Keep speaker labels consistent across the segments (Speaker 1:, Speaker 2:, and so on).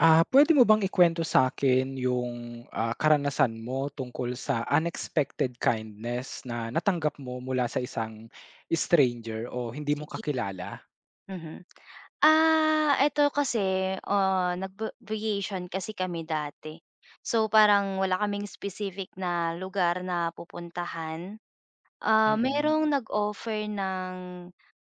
Speaker 1: Puwede mo bang ikwento sa akin yung, karanasan mo tungkol sa unexpected kindness na natanggap mo mula sa isang stranger o hindi mo
Speaker 2: Sige,
Speaker 1: kakilala?
Speaker 2: mhm. Eto kasi, nag vacation kasi kami dati. So, parang wala kaming specific na lugar na pupuntahan.
Speaker 1: Mm,
Speaker 2: Merong nag-offer ng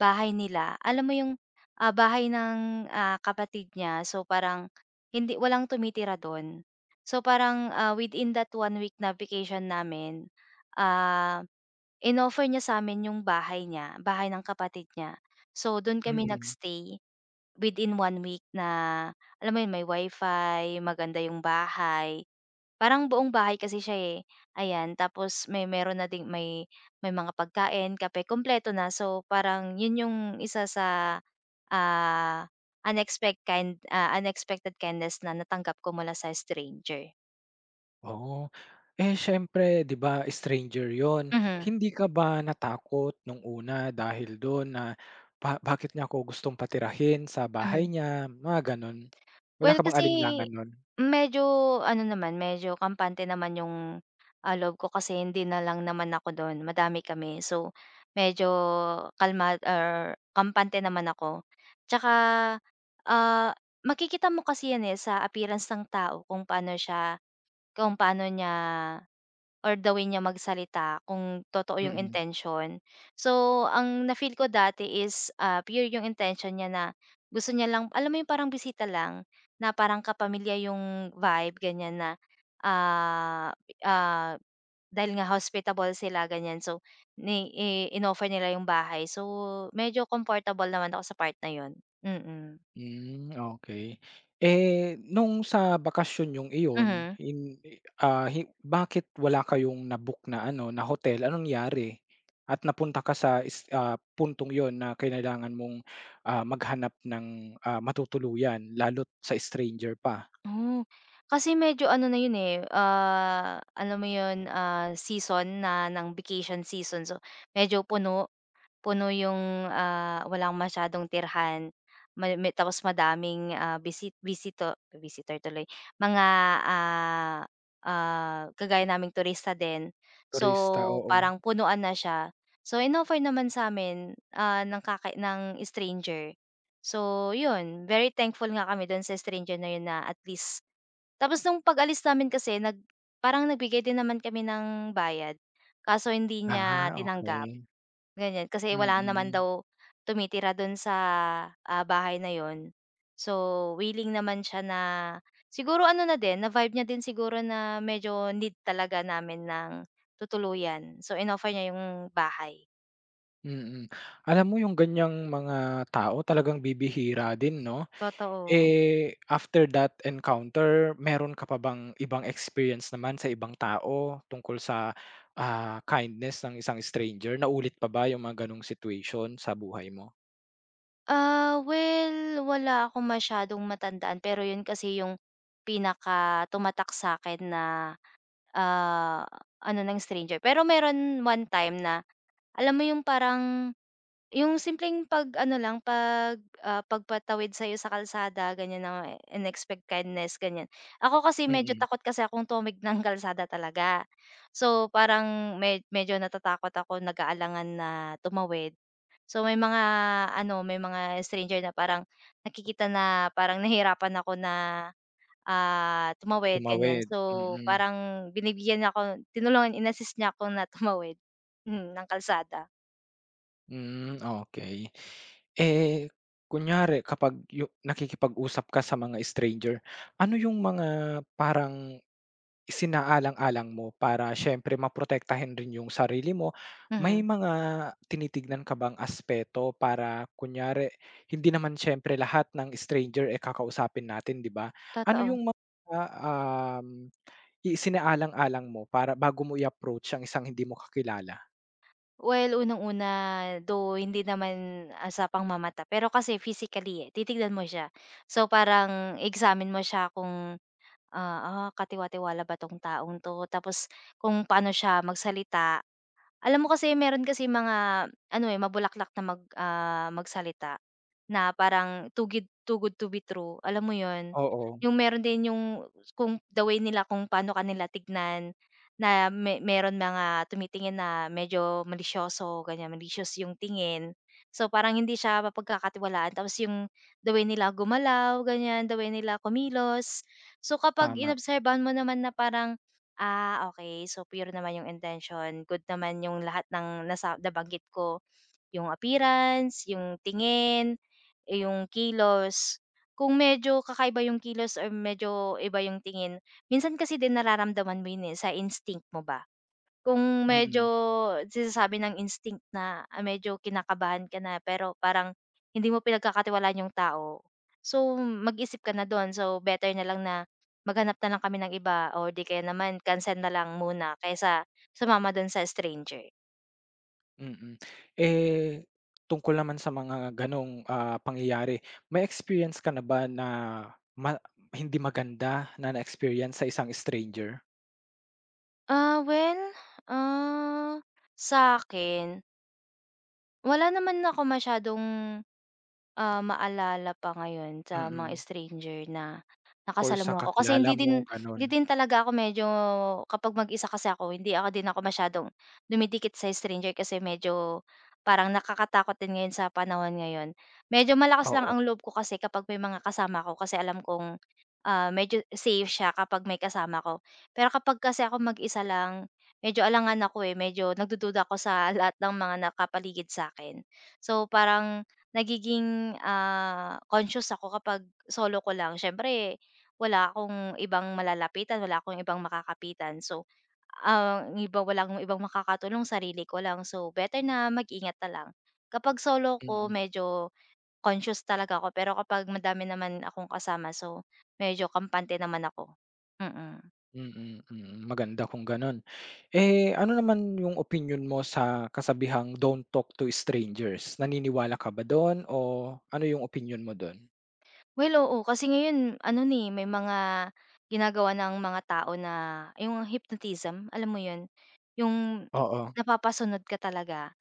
Speaker 2: bahay nila. Alam mo yung, bahay ng, kapatid niya. So, parang hindi walang tumitira dun. So, parang, within that one week na vacation namin, ah, inoffer niya sa'min yung bahay niya, bahay ng kapatid niya. So, dun kami
Speaker 1: mm.
Speaker 2: nagstay within one week na alam mo yun, may wifi, maganda yung bahay. Parang buong bahay kasi siya, eh, ayan. Tapos may meron na ding may mga pagkain, kape, kompleto na. So, parang yun yung isa sa, ah, unexpected kindness na natanggap ko mula sa stranger.
Speaker 1: Oo. Eh, siyempre 'di ba stranger yon?
Speaker 2: Mhm,
Speaker 1: Hindi ka ba natakot nung una dahil dun na, "Bakit niya ako gustong patirahin sa bahay
Speaker 2: mhm.
Speaker 1: niya?" Mga ganun. Wala
Speaker 2: Well,
Speaker 1: ka bang
Speaker 2: kasi
Speaker 1: alinlangan nun?
Speaker 2: medyo ano naman, medyo kampante naman yung, loob ko kasi hindi na lang naman ako dun, madami kami. So, medyo kalma or kampante naman ako. Tsaka, ah, makikita mo kasi yan, eh, sa appearance ng tao kung paano siya, kung paano niya or the way niya magsalita kung totoo yung
Speaker 1: Mm.
Speaker 2: intention. So, ang na-feel ko dati is, pure yung intention niya na gusto niya lang alam mo yung parang bisita lang, na parang kapamilya yung vibe ganyan na, ah, ah, dahil nga hospitable sila ganyan so ni i inoffer nila yung bahay. So, medyo comfortable naman ako sa part na yun. Mm.
Speaker 1: Hmm, okey. Eh, nung sa bakasyon niyong iyon,
Speaker 2: Mhm.
Speaker 1: hin ah, hi bakit wala kayong na-book na ano, na hotel? Anong nangyari? At napunta ka sa puntong yun na kailangan mong, maghanap ng, matutuluyan lalo't sa stranger pa,
Speaker 2: Oh, kasi medyo ano na yun, eh, alam mo yun, season na ng vacation season. So, medyo puno, puno yung, walang masyadong tirhan. May tapos madaming, visitor tuloy, mga, ah, kagaya naming turista din. So,
Speaker 1: turista, oo.
Speaker 2: parang punuan na siya. So, inoffer naman sa 'min, ng ng stranger. So, yun, very thankful nga kami dun sa stranger na yun na at least tapos nung pag-alis namin kasi nag parang nagbigay din naman kami ng bayad, kaso hindi niya
Speaker 1: Ah,
Speaker 2: tinanggap,
Speaker 1: okey.
Speaker 2: ganyan. Kasi wala naman
Speaker 1: Mm,
Speaker 2: daw tumitira dun sa, bahay na yon. So, willing naman siya na siguro ano na din, na-vibe niya din siguro na medyo need talaga namin ng tutuluyan. So, inoffer niya yung bahay,
Speaker 1: mm. Alam mo yung ganiyang mga tao talagang bibihira din 'no?
Speaker 2: totoo.
Speaker 1: Eh, after that encounter, meron ka pa bang ibang experience naman sa ibang tao tungkol sa, kindness ng isang stranger? Naulit pa ba yung mga gano'ng situation sa buhay mo?
Speaker 2: Well, wala akong masyadong matandaan pero yun kasi yung pinakatumatak sa'kin na ah, ano ng stranger. Pero meron one time na alam mo yung parang yung simpleng pag ano lang, pag, ah, pagpatawid sa'yo sa kalsada ganyan na kindness ganyan. Ako kasi medyo
Speaker 1: Mm,
Speaker 2: takot kasi akong tumig ng kalsada talaga. So parang medyo natatakot ako, nag-aalangan na tumawid. So may mga ano, may mga stranger na parang nakikita na parang nahihirapan ako na tumawid ganyan.
Speaker 1: tumawid,
Speaker 2: So,
Speaker 1: mm,
Speaker 2: parang binibigyan niya ako tinulungan in-assist niya ako na tumawid, mm, ng kalsada.
Speaker 1: mm, okey. Eh, kunyari kapag nakikipag-usap ka sa mga stranger, ano yung mga parang isinaalang-alang mo para siyempre maprotektahin rin yung sarili mo, may
Speaker 2: Mhm,
Speaker 1: mga tinitignan ka bang aspeto para kunyari hindi naman siyempre lahat ng stranger, eh, kakausapin natin 'di ba? Ano
Speaker 2: totoo.
Speaker 1: yung mga, um, isinaalang-alang mo para bago mo i-approach ang isang hindi mo kakilala?
Speaker 2: Well, unang-una, though hindi naman, sa pangmamata, pero kasi physically, eh, titignan mo siya. So, parang i-examine mo siya kung, katiwa-tiwala ba 'tong taong 'to, tapos kung paano siya magsalita. Alam mo kasi meron kasi mga ano, eh, mabulaklak na magsalita na parang too good to be true, alam mo yon.
Speaker 1: Oo,
Speaker 2: Yung meron din yung kung the way nila kung paano kanila tignan na meron mga tumitingin na medyo malisyoso, ganiyan, malicious yung tingin. So, parang hindi siya mapagkakatiwalaan tapos yung the way nila gumalaw, ganiyan, the way nila kumilos. So, kapag
Speaker 1: tama.
Speaker 2: inobserbahan mo naman na parang okay. So, pure naman yung intention good naman yung lahat ng nasa nabanggit ko, yung appearance, yung tingin, eh, yung kilos. Kung medyo kakaiba yung kilos or medyo iba yung tingin, minsan kasi din nararamdaman mo yun, eh, sa instinct mo ba. Kung medyo
Speaker 1: Mm.
Speaker 2: sinasabi ng instinct na, medyo kinakabahan ka na pero parang hindi mo pinagkakatiwalaan yung tao, so mag-isip ka na dun. So better na lang na maghanap na lang kami ng iba o di kaya naman cancel na lang muna kaysa sumama dun sa stranger.
Speaker 1: Mm. Eh, tungkol naman sa mga gano'ng, pangyayari, may experience ka na ba na ma hindi maganda na na-experience sa isang stranger?
Speaker 2: Well, ah, sa akin, wala naman ako masyadong maalala pa ngayon sa mga
Speaker 1: Mm,
Speaker 2: stranger na
Speaker 1: or sa
Speaker 2: nakasalamuha ko. Kasi
Speaker 1: kakilala mo, gano'n?
Speaker 2: hindi din talaga ako medyo kapag mag-isa kasi ako hindi ako din ako masyadong dumidikit sa stranger kasi medyo parang nakakatakot din ngayon sa panahon ngayon. Medyo malakas lang
Speaker 1: Oo,
Speaker 2: ang loob ko kasi kapag may mga kasama ako kasi alam kong, medyo safe siya kapag may kasama ko. Pero kapag kasi ako mag-isa lang, medyo alangan ako, eh, medyo nagdududa ako sa lahat ng mga nakapaligid sa akin. So, parang nagiging, conscious ako kapag solo ko lang. Siyempre wala akong ibang malalapitan, wala akong ibang makakapitan. So, ang iba walang ibang makakatulong, sarili ko lang. So, better na mag-ingat na lang. Kapag solo ko
Speaker 1: mm,
Speaker 2: medyo conscious talaga ako, pero kapag madami naman akong kasama, so medyo kampante naman ako. Mm.
Speaker 1: mm, mm. Maganda kung gano'n. Eh, ano naman yung opinion mo sa kasabihang "Don't talk to strangers." Naniniwala ka ba do'n o ano yung opinion mo do'n?
Speaker 2: Well, oo. Kasi ngayon ano ni may mga ginagawa ng mga tao na yung hypnotism, alam mo yun? Yung
Speaker 1: Oo.
Speaker 2: napapasunod ka talaga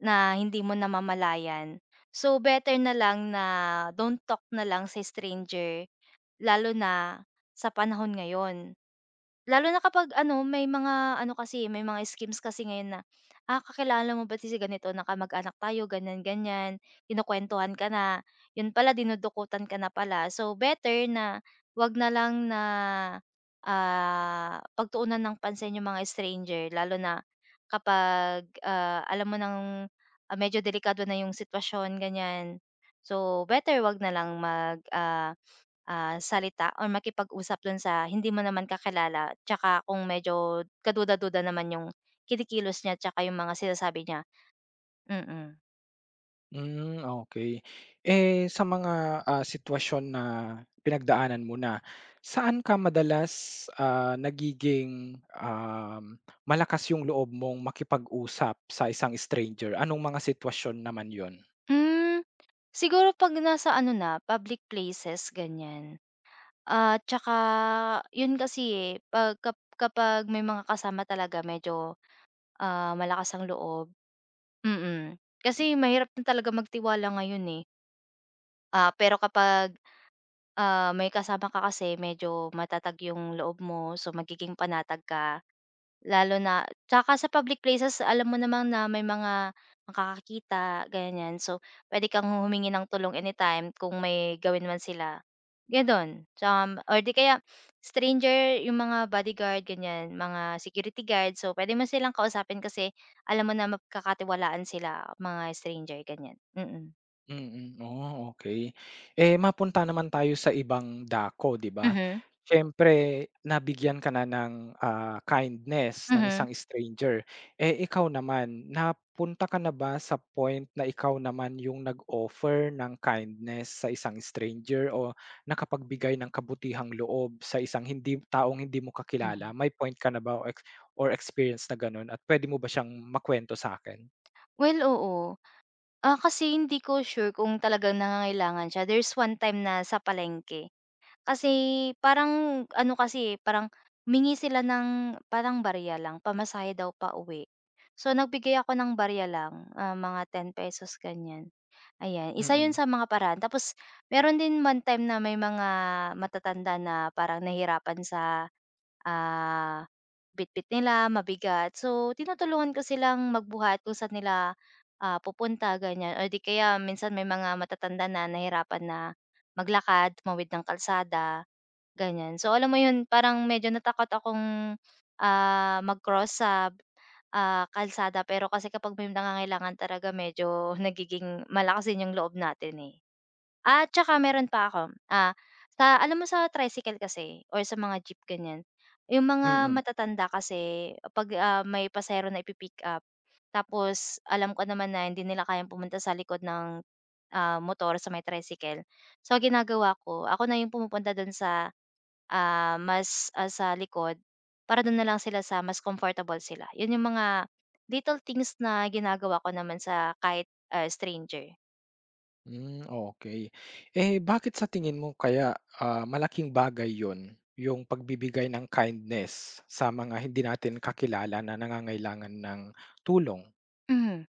Speaker 2: na hindi mo namamalayan. So, better na lang na don't talk na lang sa stranger lalo na sa panahon ngayon. Lalo na kapag ano, may mga ano kasi, may mga schemes kasi ngayon na, "Ah, kakilala mo ba si ganito na kamag-anak tayo, ganyan, ganyan." Kinukwentuhan ka na, yun pala dinudukutan ka na pala. So, better na 'wag na lang na, pagtuunan ng pansin yung mga stranger lalo na kapag, alam mo ng, medyo delikado na yung sitwasyon, ganyan. So, better 'wag na lang salita or makipag-usap dun sa hindi mo naman kakilala tsaka kung medyo kaduda-duda naman yung kinikilos niya tsaka yung mga sinasabi niya, mm.
Speaker 1: Hmm, okay. Eh, sa mga, sitwasyon na pinagdaanan mo na, saan ka madalas, nagiging, malakas yung loob mong makipag-usap sa isang stranger? Anong mga sitwasyon naman yon?
Speaker 2: Hmm, siguro 'pag nasa ano na, public places ganyan. At tsaka yun kasi, eh, 'pag kap kapag may mga kasama talaga medyo, malakas ang loob, mm. Kasi mahirap na talaga magtiwala ngayon, eh. Pero kapag may kasama ka kasi medyo matatag yung loob mo, so magiging panatag ka. Lalo na tsaka sa public places alam mo naman na may mga makakakita, ganyan. So, pwede kang humingi ng tulong anytime kung may gawin man sila, gano'n. Tsaka or 'di kaya stranger yung mga bodyguard, ganyan, mga security guard. So, pwede mo silang kausapin kasi alam mo na mapagkakatiwalaan sila, mga stranger, ganyan. Mm.
Speaker 1: Mm, oh, okay. Eh, mapunta naman tayo sa ibang dako, 'di ba?
Speaker 2: Mhm.
Speaker 1: Siyempre nabigyan ka na ng, kindness ng isang
Speaker 2: Mhm.
Speaker 1: stranger. Eh, ikaw naman, napunta ka na ba sa point na ikaw naman yung nag-offer ng kindness sa isang stranger o nakapagbigay ng kabutihang loob sa isang hindi taong hindi mo
Speaker 2: Hmm.
Speaker 1: kakilala? May point ka na ba o or experience na gano'n at pwede mo ba siyang makuwento sa'kin?
Speaker 2: Well, oo. Kasi hindi ko sure kung talagang nangangailangan siya. There's one time na sa palengke, kasi parang ano kasi, eh, parang humingi sila ng parang barya lang, pamasahe daw pa pauwi. So, nagbigay ako ng barya lang, mga 10 pesos ganyan, ayan. Isa 'yun
Speaker 1: Mm,
Speaker 2: sa mga paraan. Tapos meron din one time na may mga matatanda na parang nahirapan sa ah, bitbit nila mabigat. So, tinutulungan ko silang magbuhat kung saan nila, pupunta ganyan or 'di kaya minsan may mga matatanda na nahirapan na maglakad, tumawid ng kalsada, ganyan. So, alam mo 'yun, parang medyo natakot akong, mag-cross sa, kalsada pero kasi kapag may nangangailangan talaga medyo nagiging malalakas din yung loob natin, eh. Tsaka meron pa ako, sa alam mo sa tricycle kasi or sa mga jeep ganyan, yung mga
Speaker 1: mm.
Speaker 2: matatanda kasi 'pag, may pasahero na ipi-pick up, tapos alam ko naman na hindi nila kayang pumunta sa likod ng, motor sa may tricycle. So ang ginagawa ko, ako na yung pumupunta dun sa, sa likod para dun na lang sila sa mas comfortable sila. Yun yung mga little things na ginagawa ko naman sa kahit, stranger.
Speaker 1: Hmm, okey. Eh, bakit sa tingin mo kaya, malaking bagay 'yun, yung pagbibigay ng kindness sa mga hindi natin kakilala na nangangailangan ng tulong,
Speaker 2: Mhm.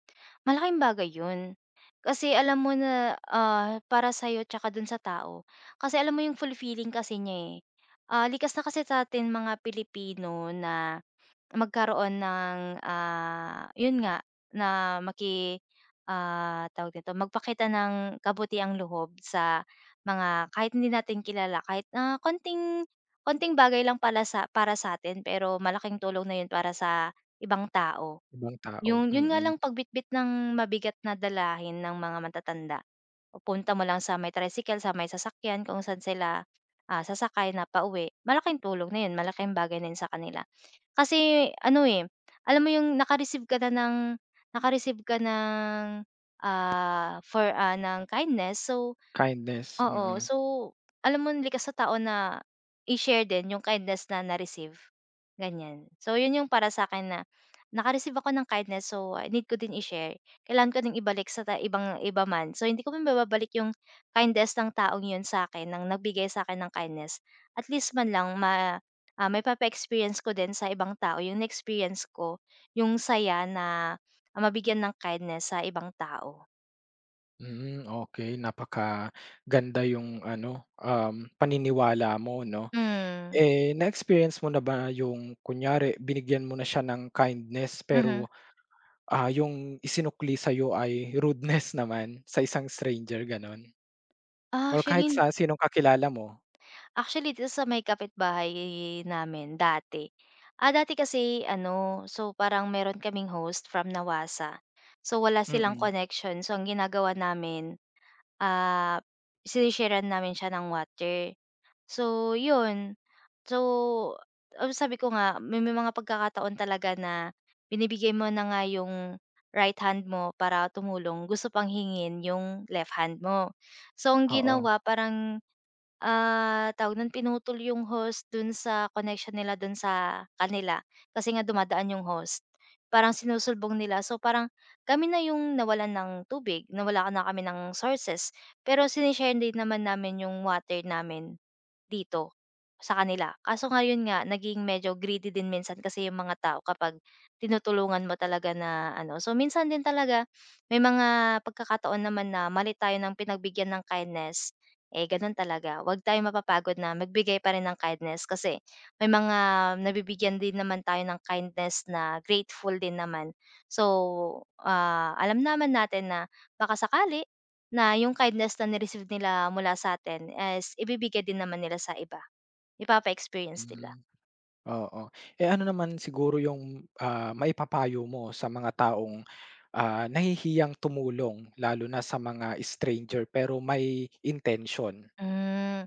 Speaker 2: Malaking bagay 'yun. Kasi alam mo na, para sa'yo tsaka dun sa tao. Kasi alam mo yung fulfilling kasi niya, eh. Likas na kasi sa'tin mga Pilipino na magkaroon ng, yun nga, na tawag dito, magpakita ng kabutiang loob sa mga kahit hindi natin kilala, kahit na konting konting bagay lang pala sa para sa sa'tin pero malaking tulong na yun para sa ibang tao.
Speaker 1: ibang tao?
Speaker 2: Yung yun nga
Speaker 1: Mm,
Speaker 2: lang pagbitbit ng mabigat na dalahin ng mga matatanda, pupunta mo lang sa may tricycle, sa may sasakyan kung saan sila, sasakay na pauwi, malaking tulong na yun, malaking bagay na yun sa kanila. Kasi ano, eh, alam mo yung naka-receive ka ng, ng kindness so,
Speaker 1: kindness,
Speaker 2: oo.
Speaker 1: mm.
Speaker 2: So, alam mo likas sa tao na i-share din yung kindness na na-receive, ganyan. So, yun yung para sa akin na naka-receive ako ng kindness, so, need ko din i-share. Kailangan ko din ibalik sa ibang iba man. So, hindi ko mababalik yung kindness ng taong yun sa akin ng nagbigay sa akin ng kindness. At least man lang maipapa-experience ko din sa ibang tao yung experience ko, yung saya na mabigyan ng kindness sa ibang tao.
Speaker 1: Hmm, okey, napakaganda yung ano, paniniwala mo 'no.
Speaker 2: Hmm,
Speaker 1: Eh, na-experience mo na ba yung kunyari binigyan mo na siya ng kindness pero,
Speaker 2: mhm.
Speaker 1: yung isinukli sa'yo ay rudeness naman sa isang stranger, gano'n? Or kahit
Speaker 2: Actually
Speaker 1: sa sinong kakilala mo.
Speaker 2: Actually, dito sa may kapitbahay namin dati. Ah, dati kasi ano, so parang meron kaming host from NAWASA. So wala silang
Speaker 1: Mm,
Speaker 2: connection. So ang ginagawa namin, ah, sinishare namin siya ng water. So yun. So, sabi ko nga, may mga pagkakataon talaga na binibigay mo na nga yung right hand mo para tumulong, gusto pang hingin yung left hand mo. So ang
Speaker 1: oo.
Speaker 2: ginawa, parang tawag nun, pinutol yung host dun sa connection nila dun sa kanila, kasi nga dumadaan yung host. Parang sinusulbong nila, so parang kami na yung nawalan ng tubig, nawala ka na kami ng sources, pero sinishare din naman namin yung water namin. Dito, sa kanila. Kaso ngayon nga naging medyo greedy din minsan kasi yung mga tao kapag tinutulungan mo talaga na ano. So, minsan din talaga may mga pagkakataon naman na mali tayo ng pinagbigyan ng kindness, eh, gano'n talaga. Huwag tayo mapapagod na magbigay pa rin ng kindness kasi may mga nabibigyan din naman tayo ng kindness na grateful din naman. So, alam naman natin na baka sakali na yung kindness na ni-receive nila mula sa sa'tin is ibibigay din naman nila sa iba, ipapa-experience
Speaker 1: Hmm.
Speaker 2: nila.
Speaker 1: Oo. Eh, ano naman siguro yung, maipapayo mo sa mga taong, nahihiyang tumulong lalo na sa mga stranger pero may intensyon?
Speaker 2: Hmm,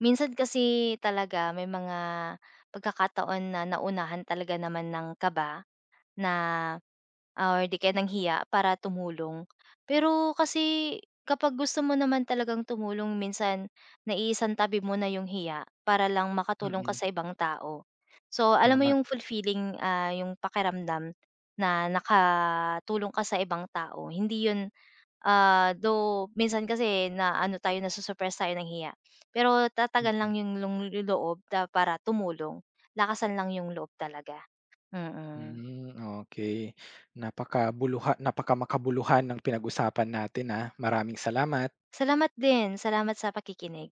Speaker 2: minsan kasi talaga may mga pagkakataon na naunahan talaga naman ng kaba na or di kaya nanghiya para tumulong. Pero kasi kapag gusto mo naman talagang tumulong minsan naiisang tabi mo na yung hiya para lang makatulong ka
Speaker 1: Mm.
Speaker 2: sa ibang tao. So alam mo
Speaker 1: Tama,
Speaker 2: yung fulfilling, yung pakiramdam na nakatulong ka sa ibang tao. Hindi yun, though minsan kasi na ano tayo nasu-suppress tayo ng hiya. Pero tatagan lang
Speaker 1: mm.
Speaker 2: yung loob na para tumulong, lakasan lang yung loob talaga, mm.
Speaker 1: Hmm, okey. Napaka makabuluhan ng pinag-usapan natin, ah. Maraming salamat.
Speaker 2: Salamat din. Salamat sa pakikinig.